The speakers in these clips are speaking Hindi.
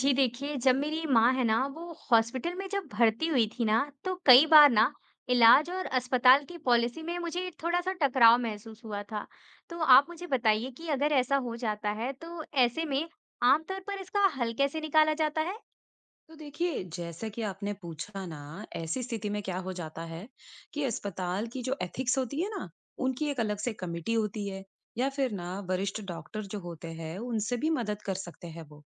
जी देखिए, जब मेरी माँ है ना वो हॉस्पिटल में जब भर्ती हुई थी ना तो कई बार ना इलाज और अस्पताल की पॉलिसी में मुझे थोड़ा सा टकराव महसूस हुआ था। तो आप मुझे बताइए कि अगर ऐसा हो जाता है तो ऐसे में आमतौर पर इसका हल कैसे निकाला जाता है। तो देखिए, जैसा कि आपने पूछा ना, ऐसी स्थिति में क्या हो जाता है कि अस्पताल की जो एथिक्स होती है ना, उनकी एक अलग से कमेटी होती है। या फिर ना वरिष्ठ डॉक्टर जो होते हैं, उनसे भी मदद कर सकते हैं वो।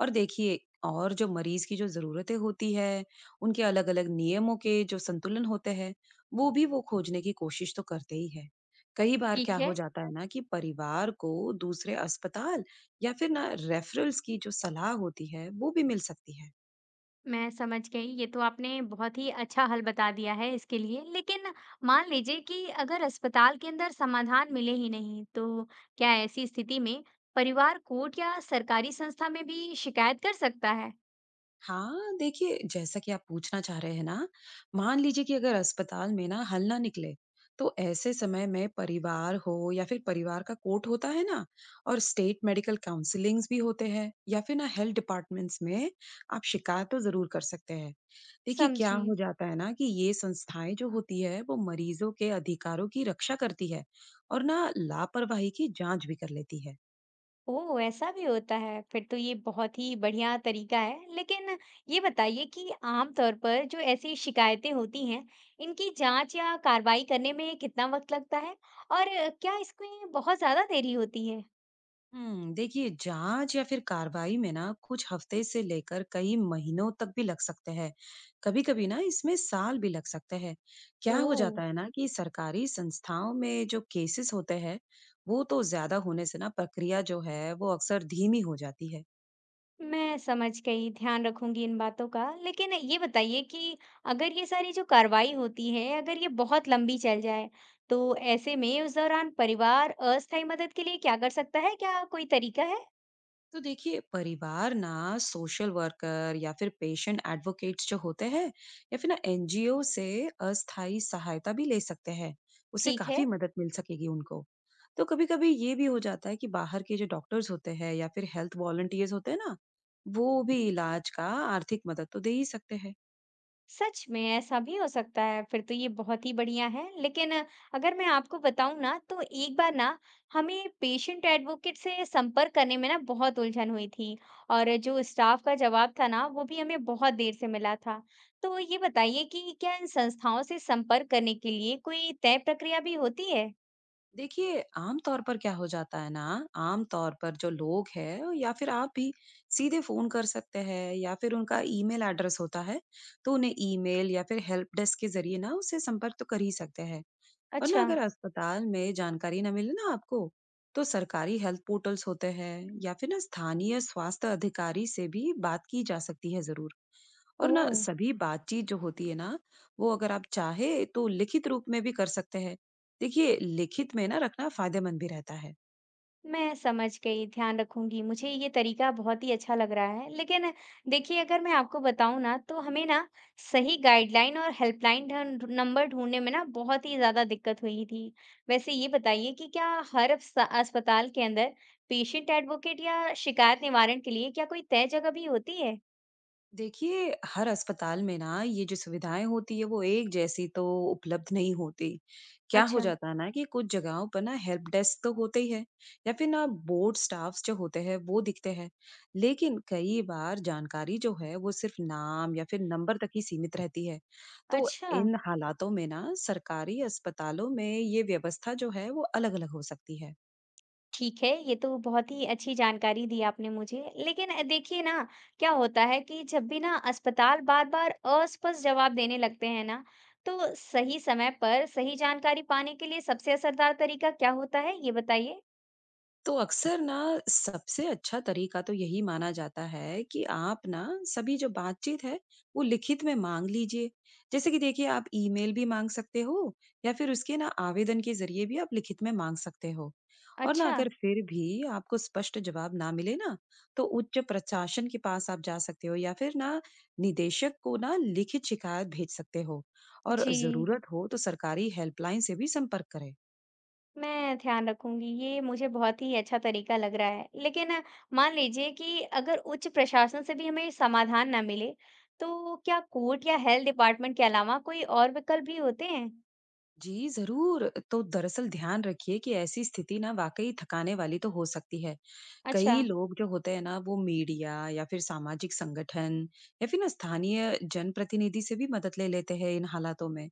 और देखिए, और जो मरीज की जो जरूरतें होती है, उनके अलग अलग नियमों के जो संतुलन होते हैं, वो भी वो खोजने की कोशिश तो करते ही है। कई बार क्या ठीक हो है, जाता है ना कि परिवार को दूसरे अस्पताल या फिर ना रेफरल्स की जो सलाह होती है, वो भी मिल सकती है। मैं समझ गई। ये तो आपने बहुत ही अच्छा हल बता दिया है इसके लिए। लेकिन मान लीजिए कि अगर अस्पताल के अंदर समाधान मिले ही नहीं, तो क्या ऐसी स्थिति में परिवार कोर्ट या सरकारी संस्था में भी शिकायत कर सकता है? हाँ, देखिए, जैसा कि आप पूछना चाह रहे हैं ना, मान लीजिए कि अगर अस्पताल में ना हल ना निकले, तो ऐसे समय में परिवार हो या फिर परिवार का कोर्ट होता है ना, और स्टेट मेडिकल काउंसलिंग्स भी होते हैं, या फिर ना हेल्थ डिपार्टमेंट्स में आप शिकायत तो ज़रूर कर सकते हैं। देखिए, क्या समझी। हो जाता है ना कि ये संस्थाएँ जो होती है, वो मरीज़ों के अधिकारों की रक्षा करती है, और ना लापरवाही की जाँच भी कर लेती है। ओह, ऐसा भी होता है फिर तो ये बहुत ही बढ़िया तरीका है। लेकिन ये बताइए कि आमतौर पर जो ऐसी शिकायतें होती हैं, इनकी जांच या कार्रवाई करने में कितना वक्त लगता है और क्या इसमें बहुत ज्यादा देरी होती है। देखिए, जांच या फिर कार्रवाई में ना कुछ हफ्ते से लेकर कई महीनों तक भी लग सकते हैं। कभी कभी ना इसमें साल भी लग सकते हैं। क्या हो ओह, जाता है ना कि सरकारी संस्थाओं में जो केसेस होते हैं, वो तो ज्यादा होने से ना प्रक्रिया जो है वो अक्सर धीमी हो जाती है। मैं समझ गई, ध्यान रखूंगी इन बातों का। लेकिन ये बताइए कि अगर ये सारी जो कार्रवाई होती है, अगर ये बहुत लंबी चल जाए, तो ऐसे में उस दौरान परिवार अस्थायी मदद के लिए क्या कर सकता है? क्या कोई तरीका है? तो देखिए, परिवार ना सोशल वर्कर या फिर पेशेंट एडवोकेट्स जो होते हैं, या फिर ना एनजीओ से अस्थायी सहायता भी ले सकते हैं। उससे ठीक है। काफी मदद मिल सकेगी उनको। तो कभी कभी ये भी हो जाता है कि बाहर के जो डॉक्टर्स होते हैं या फिर हेल्थ वॉलंटियर्स होते हैं ना, वो भी इलाज का आर्थिक मदद तो दे ही सकते हैं। सच में ऐसा भी हो सकता है फिर तो ये बहुत ही बढ़िया है। लेकिन अगर मैं आपको बताऊं ना तो एक बार ना हमें पेशेंट एडवोकेट से संपर्क करने में ना बहुत उलझन हुई थी और जो स्टाफ का जवाब था ना वो भी हमें बहुत देर से मिला था। तो ये बताइए कि क्या इन संस्थाओं से संपर्क करने के लिए कोई तय प्रक्रिया भी होती है। देखिए, आम तौर पर क्या हो जाता है ना, आम तौर पर जो लोग हैं या फिर आप भी सीधे फ़ोन कर सकते हैं, या फिर उनका ईमेल एड्रेस होता है, तो उन्हें ईमेल या फिर हेल्प डेस्क के ज़रिए ना उससे संपर्क तो कर ही सकते हैं। और ना अच्छा। अगर अस्पताल में जानकारी ना मिले ना आपको, तो सरकारी हेल्थ पोर्टल्स होते हैं, या फिर ना स्थानीय स्वास्थ्य अधिकारी से भी बात की जा सकती है ज़रूर। और ओ, ना सभी बातचीत जो होती है ना, वो अगर आप चाहे तो लिखित रूप में भी कर सकते हैं। देखिए, लिखित में ना रखना फ़ायदेमंद भी रहता है। मैं समझ गई, ध्यान रखूंगी। मुझे ये तरीका बहुत ही अच्छा लग रहा है। लेकिन देखिए, अगर मैं आपको बताऊं ना, तो हमें ना सही गाइडलाइन और हेल्पलाइन नंबर ढूंढने में ना बहुत ही ज़्यादा दिक्कत हुई थी। वैसे ये बताइए कि क्या हर अस्पताल के अंदर पेशेंट एडवोकेट या शिकायत निवारण के लिए क्या कोई तय जगह भी होती है? देखिए, हर अस्पताल में ना ये जो सुविधाएँ होती है, वो एक जैसी तो उपलब्ध नहीं होती। क्या हो अच्छा। जाता है ना कि कुछ जगहों पर ना हेल्प डेस्क तो होते ही है, या फिर ना बोर्ड स्टाफ्स जो होते हैं वो दिखते हैं। लेकिन कई बार जानकारी जो है वो सिर्फ़ नाम या फिर नंबर तक ही सीमित रहती है। तो अच्छा। इन हालातों में ना सरकारी अस्पतालों में ये व्यवस्था जो है वो अलग-अलग हो सकती है। ठीक है, ये तो बहुत ही अच्छी जानकारी दी आपने मुझे। लेकिन देखिए ना, क्या होता है कि जब भी ना अस्पताल बार बार अस्पष्ट जवाब देने लगते हैं ना तो सही समय पर सही जानकारी पाने के लिए सबसे असरदार तरीका क्या होता है, ये बताइए। तो अक्सर ना सबसे अच्छा तरीका तो यही माना जाता है कि आप ना सभी जो बातचीत है वो लिखित में मांग लीजिए। जैसे कि देखिए, आप ईमेल भी मांग सकते हो, या फिर उसके ना आवेदन के जरिए भी आप लिखित में मांग सकते हो। और ना अच्छा। अगर फिर भी आपको स्पष्ट जवाब ना मिले ना, तो उच्च प्रशासन के पास आप जा सकते हो, या फिर ना निदेशक को ना लिखित शिकायत भेज सकते हो। और जी, जरूरत हो तो सरकारी हेल्पलाइन से भी संपर्क करें। मैं ध्यान रखूंगी, ये मुझे बहुत ही अच्छा तरीका लग रहा है। लेकिन मान लीजिए कि अगर उच्च प्रशासन से भी हमें समाधान ना मिले तो क्या कोर्ट या हेल्थ डिपार्टमेंट के अलावा कोई और विकल्प भी होते हैं? जी जरूर, तो दरअसल ध्यान रखिए कि ऐसी स्थिति ना वाकई थकाने वाली तो हो सकती है। अच्छा। कई लोग जो होते हैं ना, वो मीडिया या फिर सामाजिक संगठन, या फिर ना स्थानीय जनप्रतिनिधि से भी मदद ले लेते हैं इन हालातों में।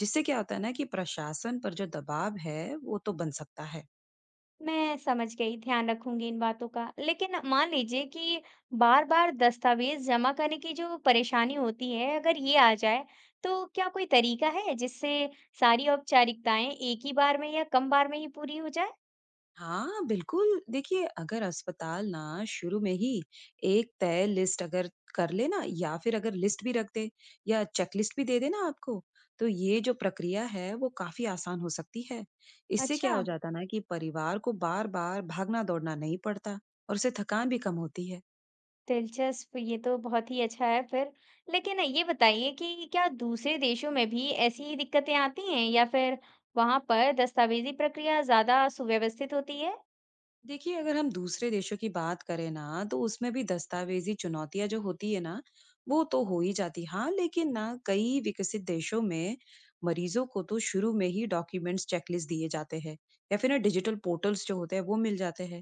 जिससे क्या होता है ना कि प्रशासन पर जो दबाव है वो तो बन सकता है। मैं समझ गई, ध्यान रखूंगी इन बातों का। लेकिन मान लीजिए कि बार-बार दस्तावेज जमा करने की जो परेशानी होती है, अगर ये आ जाए, तो क्या कोई तरीका है जिससे सारी औपचारिकताएं एक ही बार में या कम बार में ही पूरी हो जाए? हाँ, बिल्कुल। देखिए, अगर अस्पताल ना शुरू में ही एक तय लिस्ट अगर कर ले ना, या फिर अगर लिस्ट भी रख दे, या चेकलिस्ट भी दे दे ना आपको, तो ये जो प्रक्रिया है वो काफ़ी आसान हो सकती है। इससे क्या अच्छा, हो जाता है ना कि परिवार को बार-बार भागना-दौड़ना नहीं पड़ता, और उससे थकान भी कम होती है। दिलचस्प, ये तो बहुत ही अच्छा है फिर। लेकिन ये बताइए कि क्या दूसरे देशों में भी ऐसी ही दिक्कतें आती हैं या फिर वहां पर दस्तावेजी प्रक्रिया ज्यादा सुव्यवस्थित होती है? देखिए, अगर हम दूसरे देशों की बात करें ना, तो उसमें भी दस्तावेजी चुनौतियां जो होती है ना, वो तो हो ही जाती। हाँ, लेकिन ना कई विकसित देशों में मरीजों को तो शुरू में ही डॉक्यूमेंट्स चेकलिस्ट दिए जाते हैं, या फिर ना डिजिटल पोर्टल्स जो होते हैं वो मिल जाते हैं।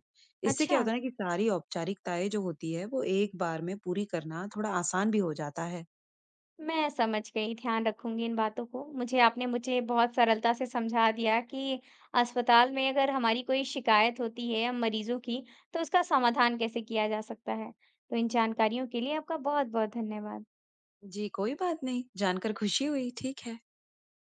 इससे क्या अच्छा। होता है ना कि सारी औपचारिकताएं जो होती है वो एक बार में पूरी करना थोड़ा आसान भी हो जाता है। मैं समझ गई, ध्यान रखूँगी इन बातों को। मुझे आपने मुझे बहुत सरलता से समझा दिया कि अस्पताल में अगर हमारी कोई शिकायत होती है मरीज़ों की, तो उसका समाधान कैसे किया जा सकता है। तो इन जानकारियों के लिए आपका बहुत-बहुत धन्यवाद। जी, कोई बात नहीं। जानकर खुशी हुई। ठीक है।